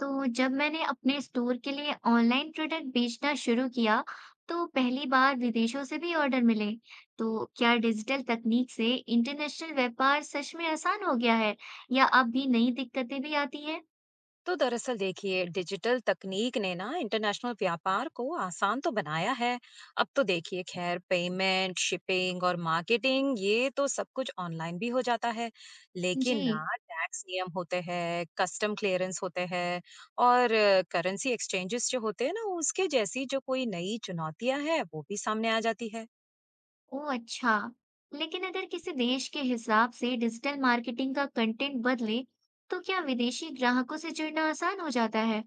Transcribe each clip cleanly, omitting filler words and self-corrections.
तो जब मैंने अपने स्टोर के लिए ऑनलाइन प्रोडक्ट बेचना शुरू किया, तो पहली बार विदेशों से भी ऑर्डर मिले। तो क्या डिजिटल तकनीक से इंटरनेशनल व्यापार सच में आसान हो गया है या अब भी नई दिक्कतें भी आती हैं? तो दरअसल देखिए, डिजिटल तकनीक ने ना इंटरनेशनल व्यापार को आसान तो बनाया है। अब तो देखिए खैर पेमेंट, शिपिंग और मार्केटिंग ये तो सब कुछ ऑनलाइन भी हो जाता है। लेकिन ना जी। टैक्स नियम होते हैं, कस्टम क्लियरेंस होते हैं और करेंसी एक्सचेंजेस जो होते हैं ना, उसके जैसी जो कोई नई चुनौतियां हैं वो भी सामने आ जाती है। ओ अच्छा। लेकिन अगर किसी देश के हिसाब से डिजिटल मार्केटिंग का कंटेंट बदले, तो क्या विदेशी ग्राहकों से जुड़ना आसान हो जाता है?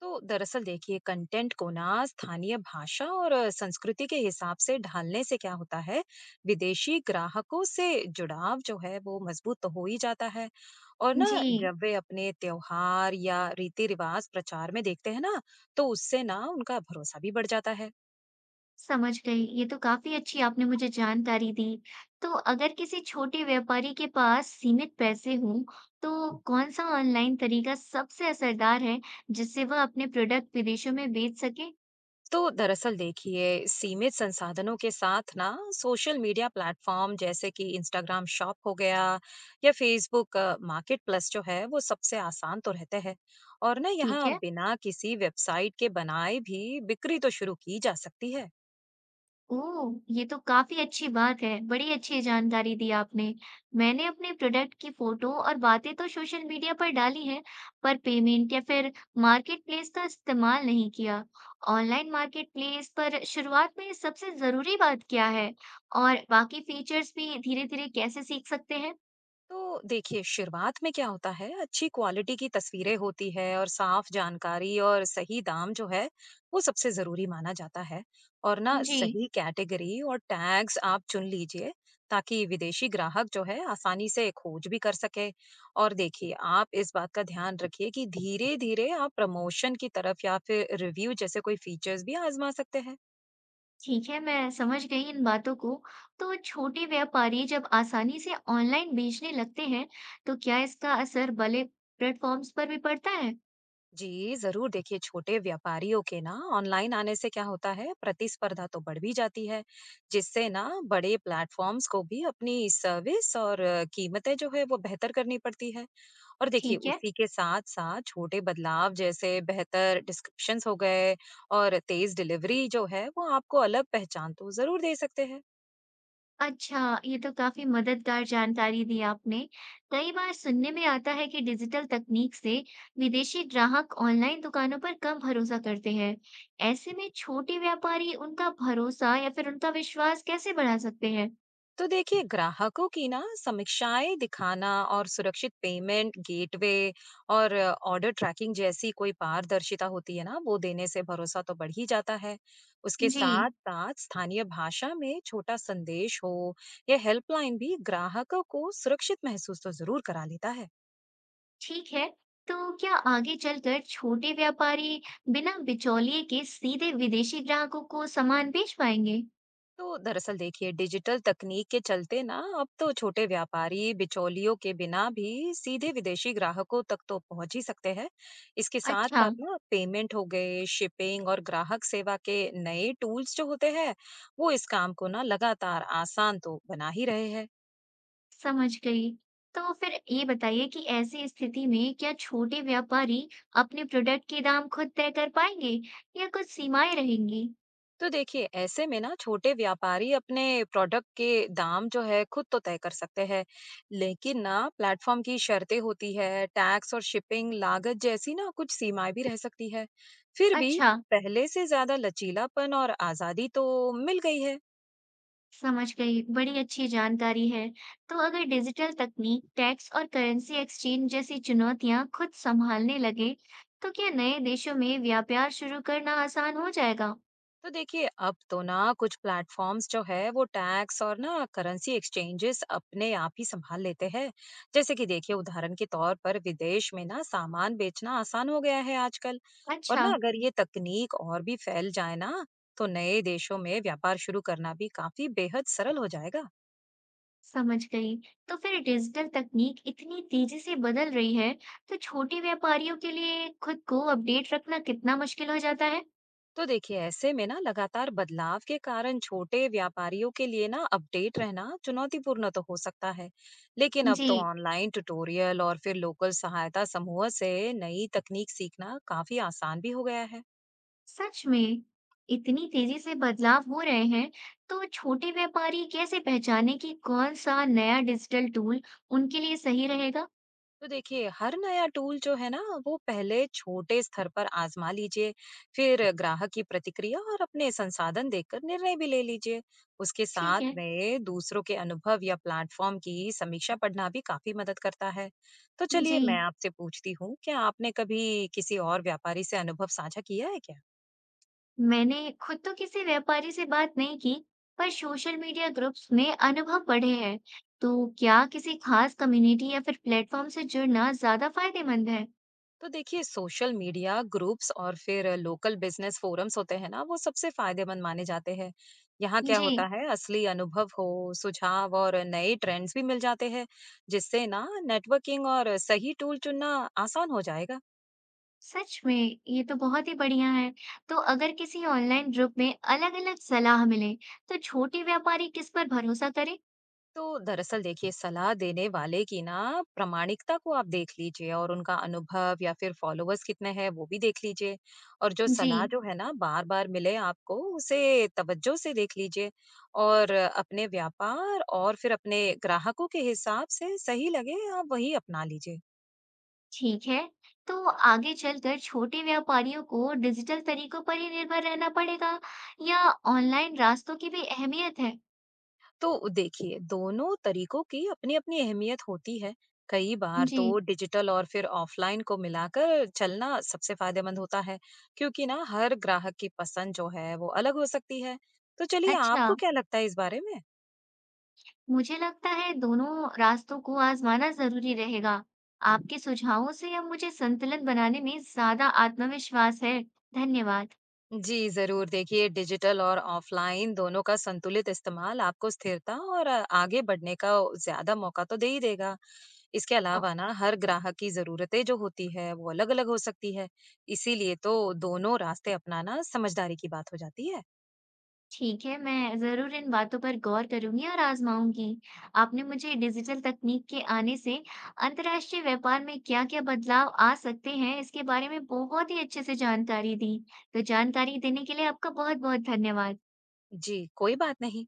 तो दरअसल देखिए, कंटेंट को ना स्थानीय भाषा और संस्कृति के हिसाब से ढालने से क्या होता है, विदेशी ग्राहकों से जुड़ाव जो है वो मजबूत तो हो ही जाता है। और ना जी। जब वे अपने त्योहार या रीति रिवाज प्रचार में देखते हैं ना, तो उससे ना उनका भरोसा भी बढ़ जाता है। समझ गई। ये तो काफ़ी अच्छी आपने मुझे जानकारी दी। तो अगर किसी छोटे व्यापारी के पास सीमित पैसे हों, तो कौन-सा ऑनलाइन तरीका सबसे असरदार है, जिससे वह अपने प्रोडक्ट विदेशों में बेच सके? तो दरअसल देखिए, सीमित संसाधनों के साथ ना सोशल मीडिया प्लेटफॉर्म जैसे कि इंस्टाग्राम शॉप हो गया या फेसबुक मार्केट प्लस जो है वो सबसे आसान तो रहते हैं। और ना ठीक यहाँ है। बिना किसी वेबसाइट के बनाए भी बिक्री तो शुरू की जा सकती है। ओह! ये तो काफ़ी अच्छी बात है, बड़ी अच्छी जानकारी दी आपने। मैंने अपने प्रोडक्ट की फ़ोटो और बातें तो सोशल मीडिया पर डाली हैं, पर पेमेंट या फिर मार्केट प्लेस का इस्तेमाल नहीं किया। ऑनलाइन मार्केट प्लेस पर शुरुआत में सबसे ज़रूरी बात क्या है? और बाकी फीचर्स भी धीरे-धीरे कैसे सीख सकते हैं? तो देखिए, शुरुआत में क्या होता है, अच्छी क्वालिटी की तस्वीरें होती है और साफ जानकारी और सही दाम जो है वो सबसे जरूरी माना जाता है। और ना जी। सही कैटेगरी और टैग्स आप चुन लीजिए, ताकि विदेशी ग्राहक जो है आसानी से खोज भी कर सके। और देखिए आप इस बात का ध्यान रखिए कि धीरे धीरे आप प्रमोशन की तरफ या फिर रिव्यू जैसे कोई फीचर्स भी आजमा सकते हैं। ठीक है, मैं समझ गई इन बातों को। तो छोटे व्यापारी जब आसानी से ऑनलाइन बेचने लगते हैं, तो क्या इसका असर बड़े प्लेटफॉर्म्स पर भी पड़ता है? जी, ज़रूर। देखिए, छोटे व्यापारियों के ना ऑनलाइन आने से क्या होता है, प्रतिस्पर्धा तो बढ़ भी जाती है, जिससे ना बड़े प्लेटफॉर्म्स को भी अपनी सर्विस और कीमतें जो है वो बेहतर करनी पड़ती है। और देखिए ठीक है। उसी के साथ साथ छोटे बदलाव जैसे बेहतर डिस्क्रिप्शंस हो गए और तेज डिलीवरी जो है वो आपको अलग पहचान तो ज़रूर दे सकते हैं। अच्छा, ये तो काफी मददगार जानकारी दी आपने। कई बार सुनने में आता है कि डिजिटल तकनीक से विदेशी ग्राहक ऑनलाइन दुकानों पर कम भरोसा करते हैं। ऐसे में छोटे व्यापारी उनका भरोसा या फिर उनका विश्वास कैसे बढ़ा सकते हैं? तो देखिए, ग्राहकों की ना समीक्षाएं दिखाना और सुरक्षित पेमेंट गेटवे और ऑर्डर ट्रैकिंग जैसी कोई पारदर्शिता होती है ना, वो देने से भरोसा तो बढ़ ही जाता है। उसके जी। साथ साथ स्थानीय भाषा में छोटा संदेश हो या हेल्पलाइन भी ग्राहकों को सुरक्षित महसूस तो जरूर करा लेता है। ठीक है, तो क्या आगे चलकर छोटे व्यापारी बिना बिचौलिए के सीधे विदेशी ग्राहकों को सामान बेच पाएंगे? तो दरअसल देखिए, डिजिटल तकनीक के चलते ना अब तो छोटे व्यापारी बिचौलियों के बिना भी सीधे विदेशी ग्राहकों तक तो पहुंच ही सकते हैं। इसके साथ अच्छा, साथ ना पेमेंट हो गए, शिपिंग और ग्राहक सेवा के नए टूल्स जो होते हैं वो इस काम को ना लगातार आसान तो बना ही रहे हैं। समझ गई। तो फिर ये बताइए कि ऐसी स्थिति में क्या छोटे व्यापारी अपने प्रोडक्ट के दाम खुद तय कर पाएंगे या कुछ सीमाएं रहेंगी? तो देखिए, ऐसे में ना छोटे व्यापारी अपने प्रोडक्ट के दाम जो है खुद तो तय कर सकते हैं। लेकिन ना प्लेटफॉर्म की शर्तें होती है, टैक्स और शिपिंग लागत जैसी ना कुछ सीमाएं भी रह सकती है। फिर भी अच्छा, पहले से ज्यादा लचीलापन और आजादी तो मिल गई है। समझ गई, बड़ी अच्छी जानकारी है। तो अगर डिजिटल तकनीक, टैक्स और करेंसी एक्सचेंज जैसी चुनौतियां खुद संभालने लगे, तो क्या नए देशों में व्यापार शुरू करना आसान हो जाएगा? तो देखिए, अब तो ना कुछ प्लेटफॉर्म्स जो है वो टैक्स और ना करेंसी एक्सचेंजेस अपने आप ही संभाल लेते हैं। जैसे कि देखिए उदाहरण के तौर पर विदेश में ना सामान बेचना आसान हो गया है आजकल। और अच्छा, ना अगर ये तकनीक और भी फैल जाए ना, तो नए देशों में व्यापार शुरू करना भी काफी बेहद सरल हो जाएगा। समझ गई। तो फिर डिजिटल तकनीक इतनी तेजी से बदल रही है, तो छोटे व्यापारियों के लिए खुद को अपडेट रखना कितना मुश्किल हो जाता है? तो देखिए, ऐसे में ना लगातार बदलाव के कारण छोटे व्यापारियों के लिए ना अपडेट रहना चुनौतीपूर्ण तो हो सकता है। लेकिन अब तो जी। ऑनलाइन ट्यूटोरियल और फिर लोकल सहायता समूह से नई तकनीक सीखना काफी आसान भी हो गया है। सच में इतनी तेजी से बदलाव हो रहे हैं, तो छोटे व्यापारी कैसे पहचाने कि कौन सा नया डिजिटल टूल उनके लिए सही रहेगा? तो देखिए, हर नया टूल जो है ना वो पहले छोटे स्तर पर आजमा लीजिए। फिर ग्राहक की प्रतिक्रिया और अपने संसाधन देखकर निर्णय भी ले लीजिए। उसके ठीक साथ है। में दूसरों के अनुभव या प्लेटफॉर्म की समीक्षा पढ़ना भी काफी मदद करता है। तो चलिए, जी। मैं आपसे पूछती हूँ, क्या आपने कभी किसी और व्यापारी से अनुभव साझा किया है क्या? मैंने खुद तो किसी व्यापारी से बात नहीं की, पर सोशल मीडिया ग्रुप्स में अनुभव पढ़े हैं। तो क्या किसी खास कम्युनिटी या फिर प्लेटफॉर्म से जुड़ना ज्यादा फायदेमंद है? तो देखिए, सोशल मीडिया ग्रुप्स और फिर लोकल बिजनेस फोरम्स होते हैं ना वो सबसे फायदेमंद माने जाते हैं। यहाँ क्या जी। होता है, असली अनुभव हो, सुझाव और नए ट्रेंड्स भी मिल जाते हैं, जिससे ना नेटवर्किंग और सही टूल चुनना आसान हो जाएगा। सच में, ये तो बहुत ही बढ़िया है। तो अगर किसी ऑनलाइन ग्रुप में अलग-अलग सलाह मिले, तो छोटे व्यापारी किस पर भरोसा करें? तो दरअसल देखिए, सलाह देने वाले की ना प्रामाणिकता को आप देख लीजिए और उनका अनुभव या फिर फॉलोअर्स कितने हैं वो भी देख लीजिए। और जो सलाह जी, जो है ना बार बार मिले आपको उसे तवज्जो से देख लीजिए। और अपने व्यापार और फिर अपने ग्राहकों के हिसाब से सही लगे आप वही अपना लीजिए। ठीक है। तो आगे चलकर छोटे व्यापारियों को डिजिटल तरीकों पर ही निर्भर रहना पड़ेगा या ऑनलाइन रास्तों की भी अहमियत है? तो देखिए, दोनों तरीकों की अपनी अपनी अहमियत होती है। कई बार जी, तो डिजिटल और फिर ऑफलाइन को मिलाकर चलना सबसे फायदेमंद होता है, क्योंकि ना हर ग्राहक की पसंद जो है वो अलग हो सकती है। तो चलिए, अच्छा। आपको क्या लगता है इस बारे में? मुझे लगता है दोनों रास्तों को आजमाना जरूरी रहेगा। आपके सुझावों से अब मुझे संतुलन बनाने में ज्यादा आत्मविश्वास है। धन्यवाद। जी, ज़रूर। देखिए, डिजिटल और ऑफ़लाइन दोनों का संतुलित इस्तेमाल आपको स्थिरता और आगे बढ़ने का ज़्यादा मौका तो दे ही देगा। इसके अलावा ना, हर ग्राहक की ज़रूरतें जो होती है, वो अलग-अलग हो सकती है। इसीलिए तो दोनों रास्ते अपनाना समझदारी की बात हो जाती है। ठीक है, मैं ज़रूर इन बातों पर गौर करूंगी और आजमाऊंगी। आपने मुझे डिजिटल तकनीक के आने से अंतर्राष्ट्रीय व्यापार में क्या-क्या बदलाव आ सकते हैं, इसके बारे में बहुत ही अच्छे से जानकारी दी। तो जानकारी देने के लिए आपका बहुत-बहुत धन्यवाद। जी, कोई बात नहीं।